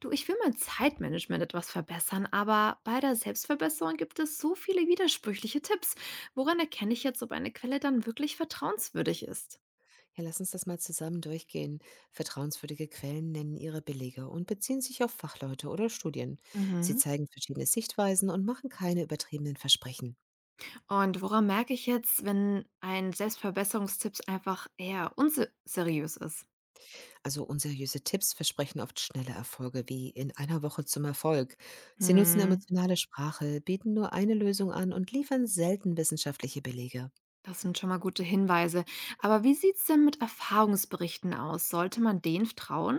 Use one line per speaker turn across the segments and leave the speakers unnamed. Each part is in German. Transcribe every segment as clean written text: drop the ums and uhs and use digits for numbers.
Du, ich will mein Zeitmanagement etwas verbessern, aber bei der Selbstverbesserung gibt es so viele widersprüchliche Tipps. Woran erkenne ich jetzt, ob eine Quelle dann wirklich vertrauenswürdig ist?
Ja, lass uns das mal zusammen durchgehen. Vertrauenswürdige Quellen nennen ihre Belege und beziehen sich auf Fachleute oder Studien. Sie
Mhm.
zeigen verschiedene Sichtweisen und machen keine übertriebenen Versprechen.
Und woran merke ich jetzt, wenn ein Selbstverbesserungstipp einfach eher unseriös ist?
Also unseriöse Tipps versprechen oft schnelle Erfolge wie in einer Woche zum Erfolg. Sie nutzen
Hm.
emotionale Sprache, bieten nur eine Lösung an und liefern selten wissenschaftliche Belege.
Das sind schon mal gute Hinweise. Aber wie sieht es denn mit Erfahrungsberichten aus? Sollte man denen trauen?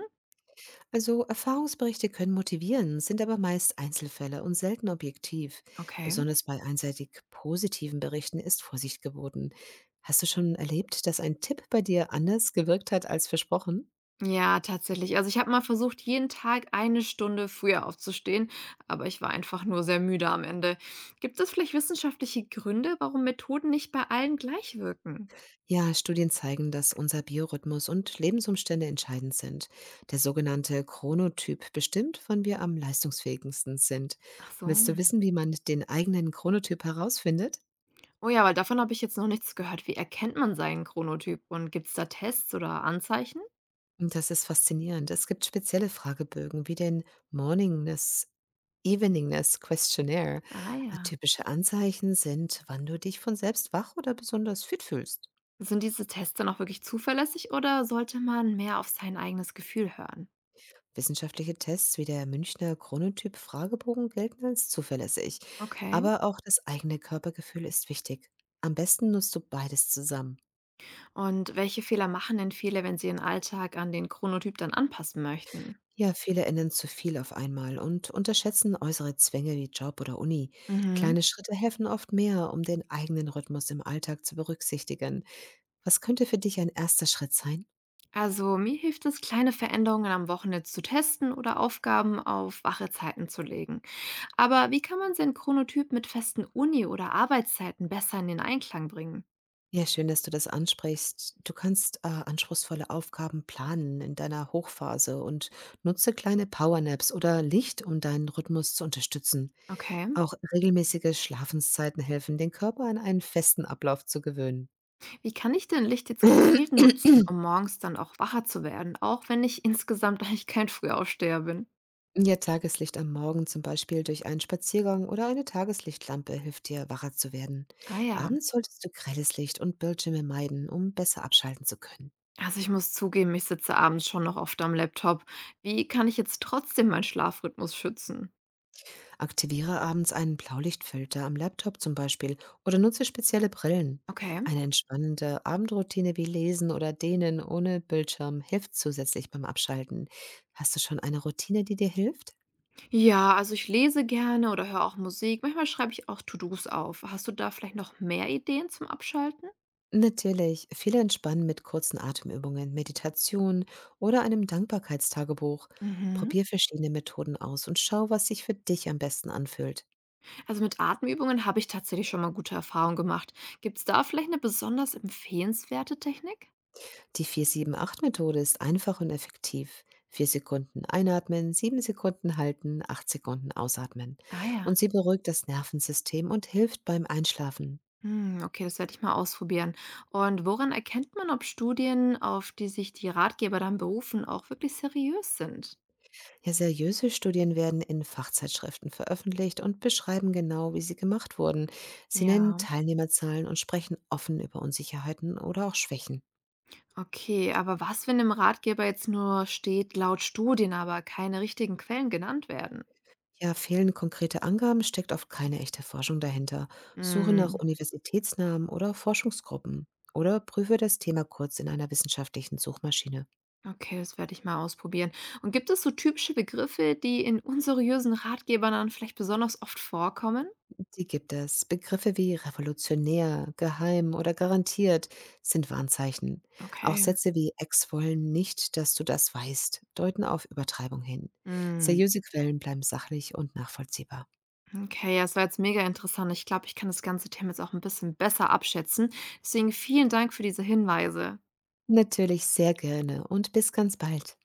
Also Erfahrungsberichte können motivieren, sind aber meist Einzelfälle und selten objektiv.
Okay.
Besonders bei einseitig positiven Berichten ist Vorsicht geboten. Hast du schon erlebt, dass ein Tipp bei dir anders gewirkt hat als versprochen?
Ja, tatsächlich. Also, ich habe mal versucht, jeden Tag eine Stunde früher aufzustehen, aber ich war einfach nur sehr müde am Ende. Gibt es vielleicht wissenschaftliche Gründe, warum Methoden nicht bei allen gleich wirken?
Ja, Studien zeigen, dass unser Biorhythmus und Lebensumstände entscheidend sind. Der sogenannte Chronotyp bestimmt, wann wir am leistungsfähigsten sind.
Ach so.
Willst du wissen, wie man den eigenen Chronotyp herausfindet?
Oh ja, weil davon habe ich jetzt noch nichts gehört. Wie erkennt man seinen Chronotyp und gibt's da Tests oder Anzeichen?
Und das ist faszinierend. Es gibt spezielle Fragebögen wie den Morningness Eveningness Questionnaire.
Ah ja.
Typische Anzeichen sind, wann du dich von selbst wach oder besonders fit fühlst.
Sind diese Tests dann auch wirklich zuverlässig oder sollte man mehr auf sein eigenes Gefühl hören?
Wissenschaftliche Tests wie der Münchner Chronotyp-Fragebogen gelten als zuverlässig.
Okay.
Aber auch das eigene Körpergefühl ist wichtig. Am besten nutzt du beides zusammen.
Und welche Fehler machen denn viele, wenn sie ihren Alltag an den Chronotyp dann anpassen möchten?
Ja, viele ändern zu viel auf einmal und unterschätzen äußere Zwänge wie Job oder Uni.
Mhm.
Kleine Schritte helfen oft mehr, um den eigenen Rhythmus im Alltag zu berücksichtigen. Was könnte für dich ein erster Schritt sein?
Also mir hilft es, kleine Veränderungen am Wochenende zu testen oder Aufgaben auf wache Zeiten zu legen. Aber wie kann man seinen Chronotyp mit festen Uni- oder Arbeitszeiten besser in den Einklang bringen?
Ja, schön, dass du das ansprichst. Du kannst anspruchsvolle Aufgaben planen in deiner Hochphase und nutze kleine Powernaps oder Licht, um deinen Rhythmus zu unterstützen.
Okay.
Auch regelmäßige Schlafenszeiten helfen, den Körper an einen festen Ablauf zu gewöhnen.
Wie kann ich denn Licht jetzt gezielt nutzen, um morgens dann auch wacher zu werden, auch wenn ich insgesamt eigentlich kein Frühaufsteher bin?
Ja, Tageslicht am Morgen, zum Beispiel durch einen Spaziergang oder eine Tageslichtlampe, hilft dir, wacher zu werden.
Ah ja,
Abends solltest du grelles Licht und Bildschirme meiden, um besser abschalten zu können.
also ich muss zugeben, ich sitze abends schon noch oft am Laptop. Wie kann ich jetzt trotzdem meinen Schlafrhythmus schützen?
Aktiviere abends einen Blaulichtfilter am Laptop zum Beispiel oder nutze spezielle Brillen.
Okay.
Eine entspannende Abendroutine wie Lesen oder Dehnen ohne Bildschirm hilft zusätzlich beim Abschalten. Hast du schon eine Routine, die dir hilft?
Ja, also ich lese gerne oder höre auch Musik. Manchmal schreibe ich auch To-dos auf. Hast du da vielleicht noch mehr Ideen zum Abschalten?
Natürlich, viele entspannen mit kurzen Atemübungen, Meditation oder einem Dankbarkeitstagebuch.
Mhm.
Probier verschiedene Methoden aus und schau, was sich für dich am besten anfühlt.
Also mit Atemübungen habe ich tatsächlich schon mal gute Erfahrungen gemacht. Gibt es da vielleicht eine besonders empfehlenswerte Technik?
Die 4-7-8 Methode ist einfach und effektiv. 4 Sekunden einatmen, 7 Sekunden halten, 8 Sekunden ausatmen.
Ah ja.
Und sie beruhigt das Nervensystem und hilft beim Einschlafen.
Hm, okay, das werde ich mal ausprobieren. Und woran erkennt man, ob Studien, auf die sich die Ratgeber dann berufen, auch wirklich seriös sind?
Ja, seriöse Studien werden in Fachzeitschriften veröffentlicht und beschreiben genau, wie sie gemacht wurden. Sie nennen
Ja,
Teilnehmerzahlen und sprechen offen über Unsicherheiten oder auch Schwächen.
okay, aber was, wenn im Ratgeber jetzt nur steht, laut Studien, aber keine richtigen Quellen genannt werden?
Ja, fehlen konkrete Angaben, steckt oft keine echte Forschung dahinter. Suche nach
Mm.
Universitätsnamen oder Forschungsgruppen oder prüfe das Thema kurz in einer wissenschaftlichen Suchmaschine.
Okay, das werde ich mal ausprobieren. Und gibt es so typische Begriffe, die in unseriösen Ratgebern dann vielleicht besonders oft vorkommen?
Die gibt es. Begriffe wie revolutionär, geheim oder garantiert sind Warnzeichen. Auch
Okay.
Sätze wie „Ex wollen nicht, dass du das weißt" deuten auf Übertreibung hin.
Mm,
Seriöse Quellen bleiben sachlich und nachvollziehbar.
okay, ja, es war jetzt mega interessant. Ich glaube, ich kann das ganze Thema jetzt auch ein bisschen besser abschätzen. Deswegen vielen Dank für diese Hinweise.
Natürlich sehr gerne und bis ganz bald.